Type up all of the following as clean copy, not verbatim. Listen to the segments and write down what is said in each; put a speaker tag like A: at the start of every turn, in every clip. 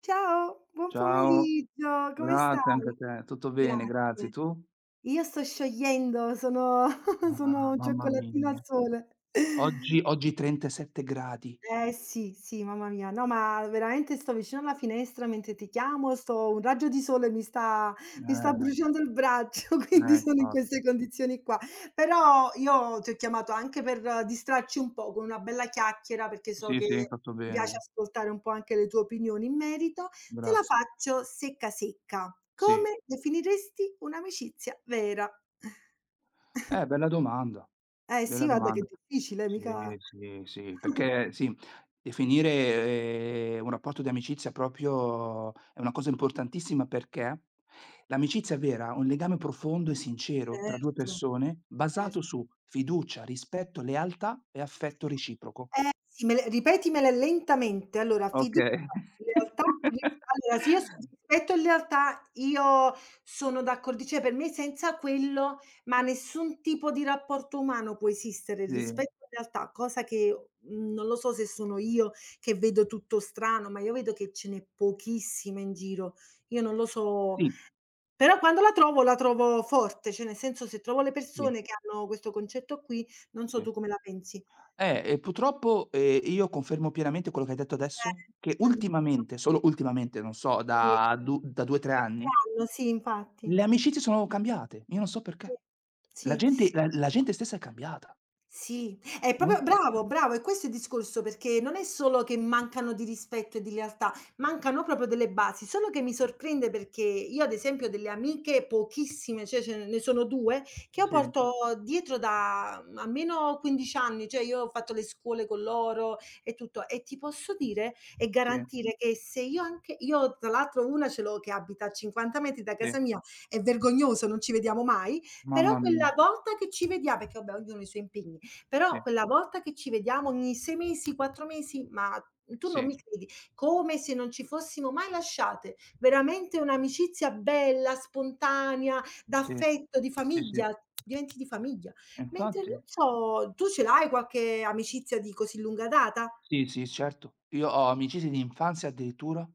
A: Ciao, buon
B: Ciao,
A: pomeriggio, come
B: grazie anche a
A: stai?
B: te. Tutto bene, grazie.
A: Grazie.
B: Tu?
A: Io sto sciogliendo, sono
B: Mh.
A: sono
B: Ah,
A: un
B: mamma
A: cioccolatino al
B: mia.
A: sole.
B: Oggi 37 gradi.
A: Eh sì, sì, mamma mia. No, ma veramente sto vicino alla finestra mentre ti chiamo, sto un raggio di sole mi sta
B: Eh,
A: bruciando il braccio, quindi
B: eh
A: sono in queste
B: infatti.
A: condizioni qua. Però io ti ho chiamato anche per distrarci un po' con una bella chiacchiera, perché so
B: Sì,
A: che
B: sì, hai fatto
A: mi piace
B: bene.
A: ascoltare un po' anche le tue opinioni in merito. Te la
B: Grazie.
A: faccio secca secca.
B: Sì.
A: Come definiresti un'amicizia vera?
B: Bella domanda,
A: Eh sì,
B: bella
A: guarda che è
B: domanda.
A: difficile,
B: Sì,
A: mica.
B: sì, sì, perché sì, definire, un rapporto di amicizia proprio è una cosa importantissima perché l'amicizia vera è un legame profondo e sincero tra 2
A: Certo.
B: persone,
A: cer
B: basato su fiducia, rispetto, lealtà e affetto reciproco.
A: Eh sì, me le ripetimele lentamente. Allora fiducia,
B: Okay.
A: lealtà, ris allora sì, io su rispetto e lealtà io sono d'accordi, cioè per me senza quello, ma nessun tipo di rapporto umano può esistere. Il
B: Sì,
A: rispetto e lealtà, cosa che, non lo so se sono io che vedo tutto strano, ma io vedo che ce n'è pochissima in giro. Io non lo so,
B: sì,
A: però quando la trovo forte, cioè nel senso se trovo le
B: sì,
A: persone che hanno questo concetto qui, non so
B: sì.
A: tu come la pensi.
B: E purtroppo, io confermo pienamente quello che hai detto adesso,
A: Eh,
B: che
A: mannaggia.
B: ultimamente, solo ultimamente, non so,
A: Sì,
B: da 2, 3
A: qualche
B: anni,
A: anno, sì, infatti.
B: le amicizie sono cambiate. Io non so perché. La
A: Sì. Sì.
B: gente la la gente stessa è cambiata,
A: Sì, è proprio
B: non
A: bravo, bravo, è questo è il discorso, perché non è solo che mancano di rispetto e di lealtà, mancano proprio delle basi. Solo che mi sorprende perché io, ad esempio, ho delle amiche pochissime, cioè ce ne sono 2, che io
B: sì,
A: porto dietro da almeno 15 anni, cioè io ho fatto le scuole con loro e tutto. E ti posso dire e
B: sì,
A: garantire che se io, anche io, tra l'altro una ce l'ho che abita a 50 metri da
B: sì,
A: casa mia, è vergognoso, non ci vediamo mai, però
B: mamma
A: quella
B: mia,
A: volta che ci vedia perché vabbè ognuno ha i suoi impegni,
B: sì,
A: però quella volta che ci vediamo ogni 6 mesi, 4 mesi, ma tu non
B: sì,
A: mi credi, come se non ci fossimo mai lasciate. Veramente un'amicizia bella, spontanea,
B: sì,
A: d'affetto, di
B: sì, sì.
A: famiglia, diventi di famiglia.
B: E
A: Mentre non
B: infatti
A: so, tu ce l'hai qualche amicizia di così lunga data?
B: sì, sì, certo. Io ho amicizie di infanzia addirittura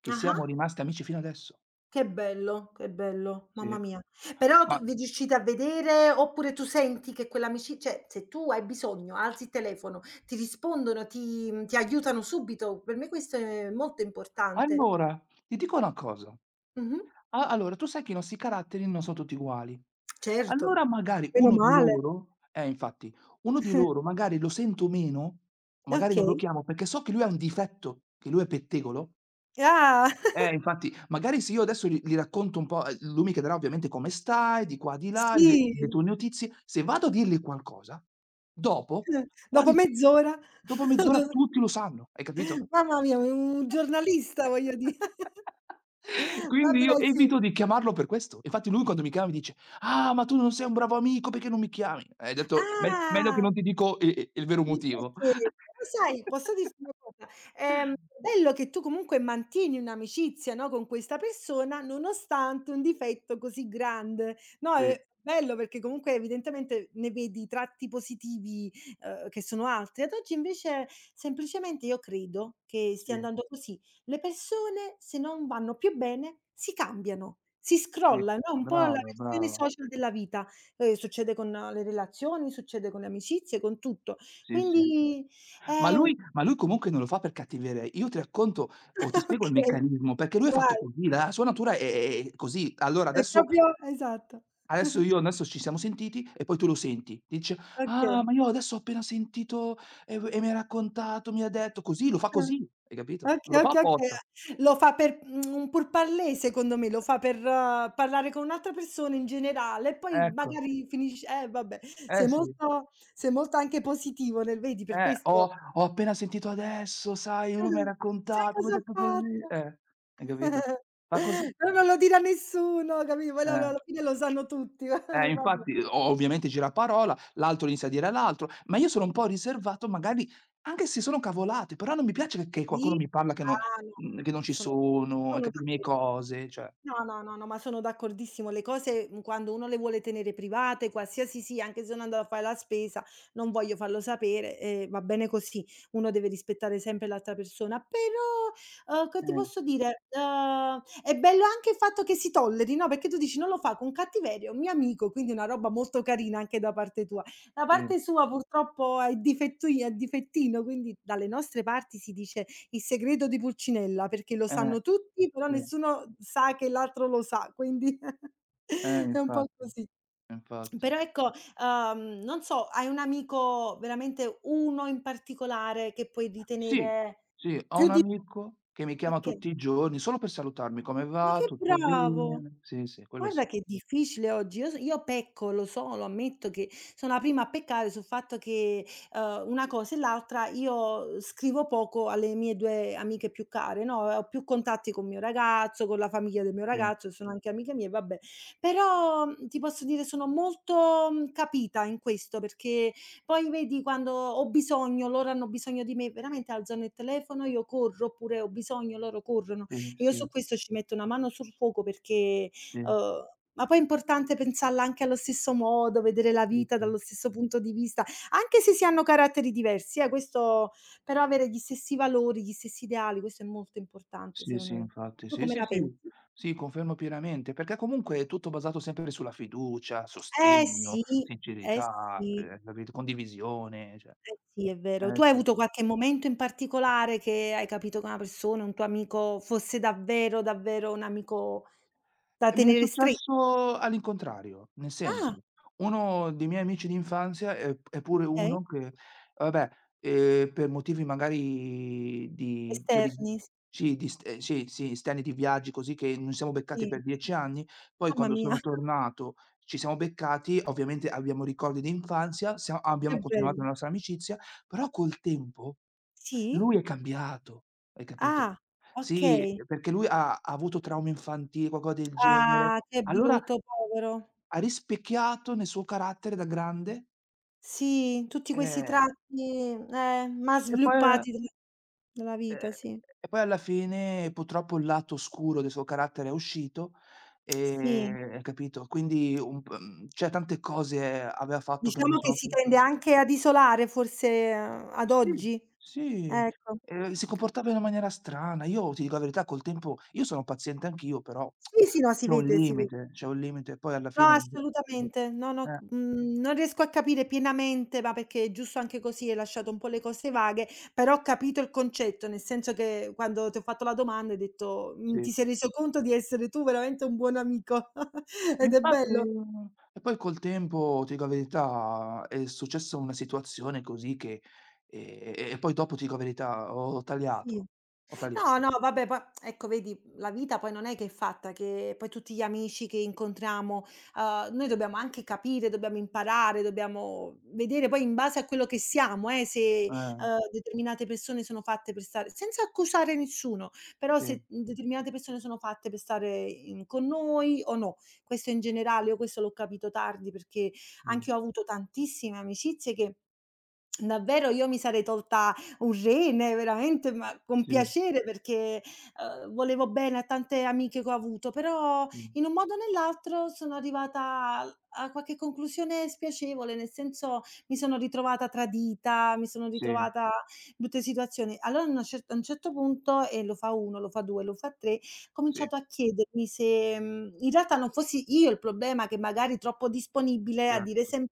B: che
A: Ah-ah.
B: siamo rimasti amici fino adesso.
A: Che bello, mamma
B: Sì.
A: mia. Però tu
B: Ma
A: vi riuscite a vedere, oppure tu senti che quell'amici, cioè se tu hai bisogno alzi il telefono, ti rispondono, ti aiutano subito. Per me questo è molto importante.
B: allora, ti dico una cosa.
A: Mh-mh.
B: A allora, tu sai che i nostri caratteri non sono tutti uguali.
A: Certo.
B: Allora magari
A: Meno
B: uno di
A: male.
B: loro infatti, uno di loro magari lo sento meno, magari non lo
A: Okay.
B: chiamo perché so che lui ha un difetto, che lui è pettegolo.
A: Ah,
B: Infatti, magari se io adesso gli racconto un po' lui mi chiederà ovviamente: "Come stai?" Di qua, di là, le
A: sì,
B: le tue notizie. Se vado a dirgli qualcosa, dopo
A: dopo
B: quasi
A: mezz'ora.
B: dopo mezz'ora
A: Allora
B: tutti lo sanno, hai capito?
A: mamma mia, un giornalista voglio di
B: Quindi
A: vabbè
B: io
A: sì.
B: evito di chiamarlo per questo. Infatti lui quando mi chiama mi dice: "Ah, ma tu non sei un bravo amico, perché non mi chiami?" Hai detto: "Me meglio che
A: Ah!
B: non ti dico i i il vero
A: Sì,
B: motivo."
A: perché però sai, posso dirti una cosa, ehm, bello che tu comunque mantieni un'amicizia, no, con questa persona nonostante un difetto così grande, no,
B: Sì,
A: è bello perché comunque evidentemente ne vedi tratti positivi, che sono altri. Ad oggi invece semplicemente io credo che stia
B: sì,
A: andando così. Le persone se non vanno più bene si cambiano, si
B: sì,
A: scrolla, no, un po' la
B: brava,
A: versione
B: brava.
A: social della vita. Succede con le relazioni, succede con le amicizie, con tutto.
B: Sì, sì.
A: Quindi,
B: Ma
A: ehm
B: lui ma lui comunque non lo fa per cattiveria. Io ti racconto o ti spiego il
A: okay,
B: meccanismo, perché lui è fatto
A: vai.
B: così, la sua natura è così.
A: È proprio Esatto.
B: Adesso io adesso ci siamo sentiti e poi tu lo senti. Dice: "Ah,
A: Okay.
B: ma io adesso ho appena sentito e mi ha raccontato, mi ha detto" così, lo fa
A: Ah.
B: così, hai capito? Non
A: Okay,
B: lo fa
A: okay, okay.
B: apposta.
A: Lo fa per un pur parler secondo me, lo fa per parlare con un'altra persona in generale e poi
B: Ecco.
A: magari finisce eh vabbè,
B: Eh
A: sei
B: sì.
A: molto sei molto anche positivo nel vedi per
B: "Ho
A: questo.
B: ho appena sentito adesso, sai, lui mi ha
A: Sai
B: raccontato, mi ha
A: cosa ho
B: detto così".
A: fatto?
B: Hai capito? Fa così.
A: Però non lo dirà nessuno, capito? Poi alla
B: Eh.
A: alla fine lo sanno tutti. Vabbè.
B: Infatti, o ovviamente giraparola, l'altro inizia a dire all'altro, ma io sono un po' riservato magari anche se sono cavolate, però non mi piace che qualcuno
A: Sì,
B: mi parla che non
A: ah no,
B: che non ci
A: sono
B: sono, hai
A: sono
B: capi le mie
A: d'accordo.
B: cose, cioè
A: No, no, no, no, ma sono d'accordissimo. Le cose, quando uno le vuole tenere private, qualsiasi sia, anche se sono andata a fare la spesa, non voglio farlo sapere e va bene così. Uno deve rispettare sempre l'altra persona. Però, che ti
B: eh,
A: posso dire, è bello anche il fatto che si tolleri, no, perché tu dici: "Non lo fa con cattiveria, è un mio amico", quindi una roba molto carina anche da parte tua. Da
B: sì,
A: parte sua purtroppo è difettino, quindi dalle nostre parti si dice il segreto di Pulcinella, perché lo
B: eh,
A: sanno tutti, però
B: sì,
A: nessuno sa che l'altro lo sa, quindi è un po'
B: infatti,
A: così.
B: infatti.
A: Però ecco, non so, hai un amico veramente, uno in particolare, che puoi
B: Sì,
A: ritenere.
B: sì, ho
A: Più
B: un
A: di
B: amico che mi
A: a
B: chiama
A: che
B: tutti i giorni solo per salutarmi: "Come
A: ma
B: va?
A: che
B: Tutto
A: bravo!
B: bene?" Sì, sì, quello
A: Guarda
B: sì.
A: che è difficile oggi. Io pecco, lo so, lo ammetto, che sono la prima a peccare sul fatto che, una cosa e l'altra io scrivo poco alle mie 2 amiche più care, no, ho più contatti con mio ragazzo, con la famiglia del mio
B: Sì,
A: ragazzo, sono anche amiche mie, vabbè. Però, ti posso dire sono molto, capita in questo, perché poi vedi quando ho bisogno, loro hanno bisogno di me, veramente alzano il telefono, io corro, oppure ho bisogno, loro corrono.
B: sì,
A: E io su
B: sì,
A: questo ci metto una mano sul fuoco perché.
B: sì,
A: Uhm, ma poi è importante pensarla anche allo stesso modo, vedere la
B: sì,
A: vita
B: sì.
A: dallo
B: sì.
A: stesso punto di vista, anche se si hanno caratteri diversi, questo però avere gli stessi valori, gli stessi ideali, questo è molto importante
B: Sì,
A: secondo
B: sì,
A: me.
B: infatti.
A: Tu
B: Sì,
A: come
B: sì,
A: la
B: sì.
A: pensi?
B: Sì, confermo pienamente, perché comunque è tutto basato sempre sulla fiducia,
A: Eh
B: sostegno,
A: sì, eh
B: sincerità,
A: sì,
B: capito, condivisione, cioè
A: eh sì, è vero. Tu hai
B: sì.
A: avuto qualche momento in particolare che hai capito che una persona, un tuo amico, fosse davvero, davvero un amico da
B: E mi è
A: tenere stretto?
B: successo all'incontrario, nel
A: Ah,
B: senso, uno dei miei amici d'infanzia è pure
A: okay.
B: uno che vabbè, per motivi magari di cioè di
A: Esterni,
B: sì, di st sì, sì, esterni di viaggi così che non siamo beccati
A: sì.
B: per 10 anni, poi
A: Mamma
B: quando
A: mia,
B: sono tornato ci siamo beccati, ovviamente abbiamo ricordi d'infanzia, sia
A: che
B: abbiamo continuato
A: bello.
B: la nostra amicizia, però col tempo
A: Sì?
B: lui è cambiato, hai capito?
A: Ah,
B: Sì,
A: okay.
B: perché lui ha avuto traumi infantili, qualcosa del genere.
A: Ah, che
B: Allora
A: brutto, povero.
B: ha rispecchiato nel suo carattere da grande,
A: Sì, tutti questi
B: ehm,
A: tratti, ma
B: e poi
A: sviluppati della vita,
B: ehm,
A: sì.
B: e poi alla fine purtroppo il lato oscuro del suo carattere è uscito,
A: Sì,
B: hai capito? Quindi cioè tante cose aveva fatto che non mi
A: diciamo che
B: sono
A: si tende
B: piaciute.
A: anche ad isolare forse, ad
B: Sì,
A: oggi,
B: sì,
A: ecco.
B: si comportava in una maniera strana. Io ti dico la verità, col tempo io sono paziente anch'io, però
A: Sì, sì, no, si vede, si vede.
B: c'è un limite, poi alla
A: No,
B: fine un
A: assolutamente. No, no,
B: eh,
A: non riesco a capire pienamente, ma perché giusto anche così hai lasciato un po' le cose vaghe, però ho capito il concetto, nel senso che quando ti ho fatto la domanda hai detto ti
B: sì.
A: sei reso conto di essere tu veramente un buon amico ed è
B: Infatti
A: bello.
B: e poi col tempo, ti dico la verità, è successa una situazione così che e poi dopo ti dico la verità, ho
A: Sì.
B: tagliato, ho
A: No,
B: tagliato.
A: no, vabbè, pa ecco vedi, la vita poi non è che è fatta che poi tutti gli amici che incontriamo, noi dobbiamo anche capire, dobbiamo imparare, dobbiamo vedere poi in base a quello che siamo, se,
B: Eh,
A: determinate persone sono fatte per stare senza accusare nessuno, però
B: sì,
A: se determinate persone sono fatte per stare in con noi o no. Questo in generale, io questo l'ho capito tardi perché
B: sì,
A: anch'io ho avuto tantissime amicizie che davvero io mi sarei tolta un rene veramente, ma con
B: sì,
A: piacere perché, volevo bene a tante amiche che ho avuto, però
B: sì,
A: in un modo o nell'altro sono arrivata al a qualche conclusione spiacevole, nel senso mi sono ritrovata tradita, mi sono
B: sì,
A: ritrovata in brutte situazioni. Allora a un certo punto, e lo fa 1, lo fa 2, lo fa 3, ho
B: sì,
A: cominciato a chiedermi se, in realtà non fossi io il problema, che magari troppo disponibile a dire
B: certo,
A: sem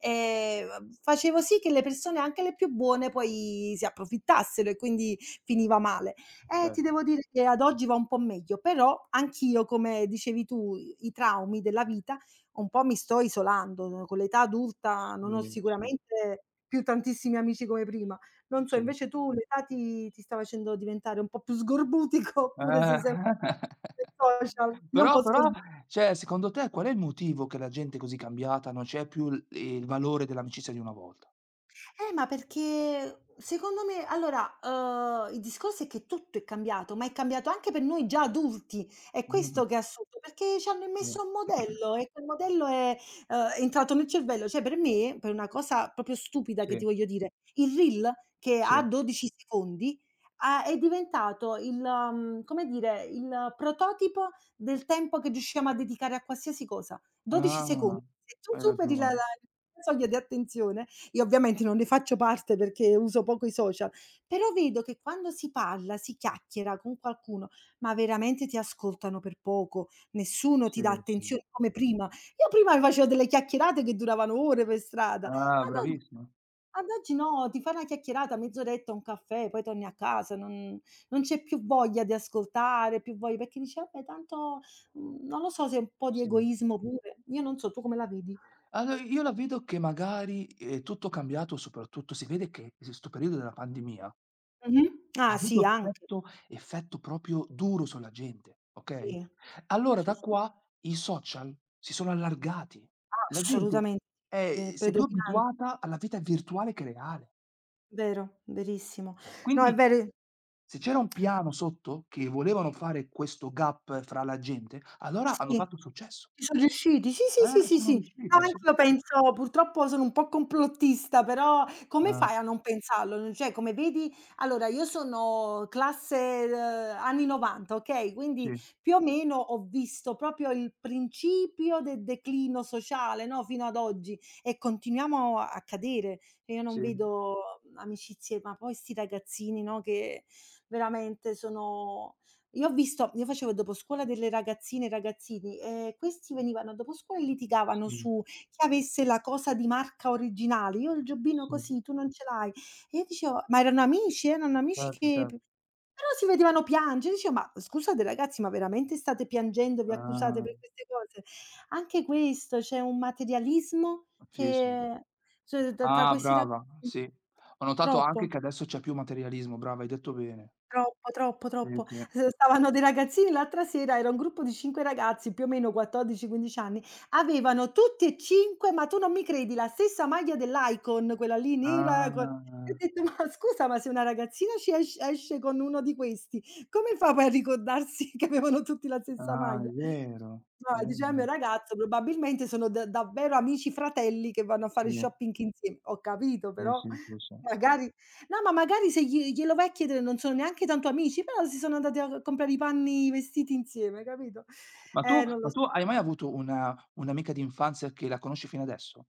A: facevo sì che le persone, anche le più buone, poi si approfittassero e quindi finiva male. Ti
B: certo,
A: devo dire che ad oggi va un po' meglio, però anch'io, come dicevi tu, i traumi della vita un po' mi sto isolando. Con l'età adulta non ho
B: sì, sì,
A: sicuramente più tantissimi amici come prima. Non so,
B: sì.
A: invece tu l'età ti sta facendo diventare un po' più sgorbutico oppure sei
B: Eh.
A: sempre sui social? Io un
B: Però
A: po' sgor
B: però, cioè, secondo te qual è il motivo che la gente è così cambiata, non c'è più l il valore dell'amicizia di una volta?
A: Ma perché secondo me allora, il discorso è che tutto è cambiato, ma è cambiato anche per noi già adulti. È
B: Mh,
A: questo che è assurdo, perché ci hanno
B: sì.
A: immesso un modello e quel modello è, entrato nel cervello. Cioè per me, per una cosa proprio stupida che ti
B: Sì,
A: voglio dire, il reel che ha
B: sì.
A: 12 secondi, ha è diventato il come dire, il prototipo del tempo che riusciamo a dedicare a qualsiasi cosa. 12 secondi.
B: Ah,
A: Se tu
B: hai
A: superi la
B: ragione.
A: la la soglia di attenzione, io ovviamente non ne faccio parte perché uso poco i social, però vedo che quando si parla, si chiacchiera con qualcuno, ma veramente ti ascoltano per poco, nessuno ti
B: Sì,
A: dà
B: sì.
A: attenzione come prima. Io prima mi facevo delle chiacchierate che duravano ore per strada, ad
B: Ah,
A: oggi
B: bravissima.
A: ad oggi no, ti fai una chiacchierata, mezz'oretta, un caffè, poi torni a casa, non c'è più voglia di ascoltare, più voglia perché dici: "Vabbè tanto", non lo so se è un po' di
B: Sì.
A: egoismo pure, io non so, tu come la vedi?
B: Allo io la vedo che magari è tutto cambiato, soprattutto si vede che s 'sto periodo della pandemia
A: Mh-mh.
B: ha
A: Ah sì,
B: avuto
A: anche.
B: effetto proprio duro sulla gente, okay,
A: Sì,
B: allora
A: sì,
B: da
A: sì.
B: qua i social si sono allargati. La gente
A: Assolutamente,
B: è si è più
A: predominante,
B: abituata alla vita virtuale che reale.
A: vero, verissimo. No, è
B: Quindi
A: vero.
B: se c'era un piano sotto che volevano fare questo gap fra la gente, allora hanno
A: Sì.
B: fatto successo.
A: Ci son riusciti. Sì, sì, sì, sì,
B: Sono
A: sì. No,
B: riusciti, sì.
A: anch'io penso purtroppo sono un po' complottista, però come
B: Ah,
A: fai a non pensarlo? N cioè, come vedi allora io sono classe, anni '90, okay, quindi
B: sì,
A: più o meno ho visto proprio il principio del declino sociale, no, fino ad oggi e continuiamo a cadere. Cioè io non
B: sì,
A: vedo amicizie, ma poi 'sti ragazzini, no, che veramente sono, io ho visto io facevo il doposcuola delle ragazzine e ragazzini, questi venivano a doposcuola e litigavano
B: sì,
A: su chi avesse la cosa di marca originale. "Io ho il giubbino
B: sì,
A: così, tu non ce l'hai". E io dicevo ma erano amici
B: certo,
A: che p
B: certo.
A: però si vedevano piangere. Dicevo: "Ma scusate ragazzi, ma veramente state piangendo, vi accusate
B: Ah,
A: per queste cose?" Anche questo, c'è un materialismo
B: sì, sì.
A: che cioè t tra
B: Ah,
A: questi ragazzi
B: brava, sì. Ho notato anche
A: troppo.
B: che adesso c'è più materialismo, brava, hai detto bene.
A: Troppo, troppo,
B: Sì,
A: troppo.
B: sì.
A: S stavano dei ragazzini l'altra sera, era un gruppo di 5 ragazzi, più o meno 14, 15 anni, avevano tutti e 5, ma tu non mi credi, la stessa maglia dell'Icon, quella lì nera co e ho
B: Ah,
A: detto: "Ma scusa, ma se una ragazzina ci esce esce con uno di questi, come fa poi a ricordarsi che avevano tutti la stessa
B: ah, è
A: maglia?"
B: vero,
A: No,
B: è
A: diceva il mio
B: vero.
A: ragazzo: "Probabilmente sono da davvero amici fratelli che vanno a fare
B: Sì,
A: shopping insieme". Ho capito,
B: sì,
A: però
B: sì, sì, sì.
A: magari. No, ma magari se glielo vai a chiedere non sono neanche tanto amici, però si sono andati a comprare i panni, i vestiti insieme, capito?
B: Ma tu
A: Non
B: ma
A: lo s
B: tu hai mai avuto una un'amica d'infanzia che la conosci fino adesso?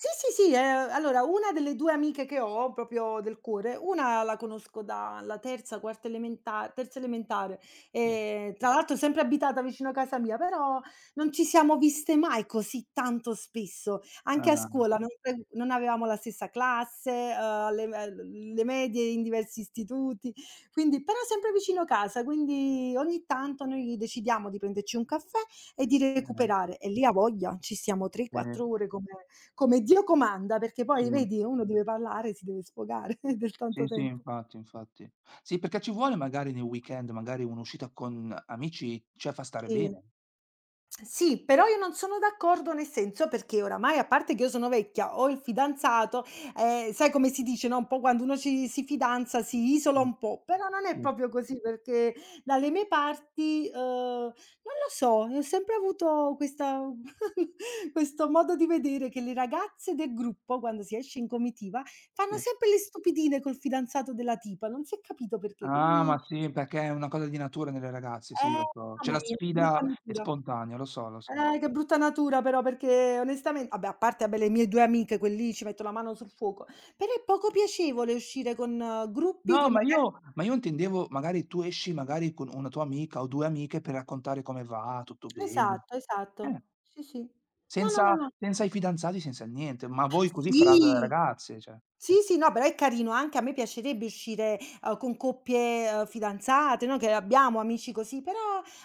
A: Sì, sì, sì, allora una delle 2 amiche che ho, proprio del cuore, una la conosco dalla terza, quarta elementa terza elementare,
B: Sì.
A: tra l'altro sempre abitata vicino a casa mia, però non ci siamo viste mai così tanto spesso. Anche a
B: Ah,
A: scuola non avevamo la stessa classe, alle le medie in diversi istituti, quindi però sempre vicino casa, quindi ogni tanto noi decidiamo di prenderci un caffè e di
B: eh,
A: recuperare e lì a voglia ci stiamo 3,
B: sì,
A: 4 ore come come Dio comanda, perché
B: sì.
A: poi vedi uno deve parlare, si deve sfogare del
B: Sì,
A: tanto
B: sì,
A: tempo.
B: infatti, infatti. Sì, perché ci vuole magari nei weekend, magari un'uscita con amici, cioè fa stare
A: Sì.
B: bene.
A: Sì, però io non sono d'accordo nel senso perché oramai, a parte che io sono vecchia, ho il fidanzato, sai come si dice, no, un po' quando uno ci si fidanza si isola
B: Sì,
A: un po', però non è
B: sì,
A: proprio così perché dalle mie parti, non lo so, ho sempre avuto questa questo modo di vedere che le ragazze del gruppo, quando si esce in comitiva, fanno
B: sì.
A: sempre le stupidine col fidanzato della tipa, non si è capito perché,
B: Ah, ma
A: quindi
B: sì, perché è una cosa di natura nelle ragazze, sì,
A: eh,
B: lo so. C'è
A: mamma
B: la
A: mia,
B: sfida
A: brutta
B: è
A: natura.
B: spontanea, lo so, lo so.
A: Che brutta natura però, perché onestamen vabbè, a parte vabbè le mie 2 amiche, quel lì ci metto la mano sul fuoco, però è poco piacevole uscire con gruppi che
B: No, ma
A: magari
B: io ma io intendevo magari tu esci magari con una tua amica o 2 amiche per raccontare come va, tutto bene.
A: esatto,
B: Eh,
A: esatto. Sì, sì. No, no, no,
B: senza
A: no.
B: senza i fidanzati, senza il niente, ma voi così fra d
A: Sì!
B: ragazze, cioè.
A: Sì, sì, no, però è carino, anche a me piacerebbe uscire, con coppie, fidanzate, no, che abbiamo amici così, però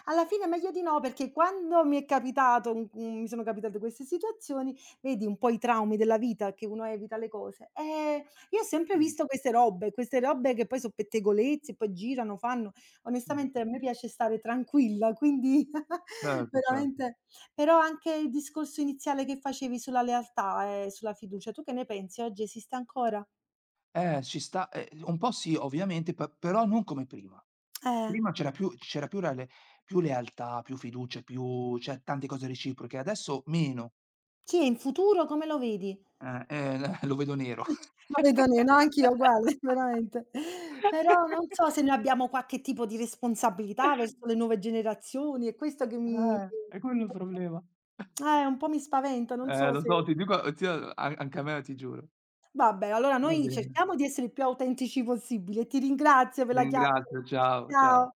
A: alla fine è meglio di no, perché quando mi è capitato un mi sono capitate queste situazioni, vedi un po' i traumi della vita, che uno evita le cose. Io ho sempre
B: Sì,
A: visto queste robe che poi so' pettegolezzi, poi girano, fanno.
B: sì,
A: Onestamente a me piace stare tranquilla, quindi
B: certo, certo.
A: veramente però anche il discorso iniziale che facevi sulla lealtà e sulla fiducia, tu che ne pensi? Oggi esiste ancora?
B: Ci sta, un po' sì, ovviamente, pe però non come prima.
A: Eh.
B: Prima c'era più lealtà, più fiducia, più cioè tante cose reciproche, adesso meno.
A: Sì, e in futuro come lo vedi?
B: L lo vedo nero.
A: Lo vedo ne No, anch'io uguale, veramente. Però non so se noi abbiamo qualche tipo di responsabilità verso le nuove generazioni, è questo che mi
B: È quello il problema.
A: un po' mi spaventa, non so
B: Lo
A: se
B: so, ti dico zio, a anche a me, ti giuro.
A: vabbè, allora
B: Va
A: noi
B: bene,
A: cerchiamo di essere il più autentici possibile. Ti ringrazio per
B: ti
A: la chiacchiera.
B: ringrazio, ciao, ciao.
A: Ciao.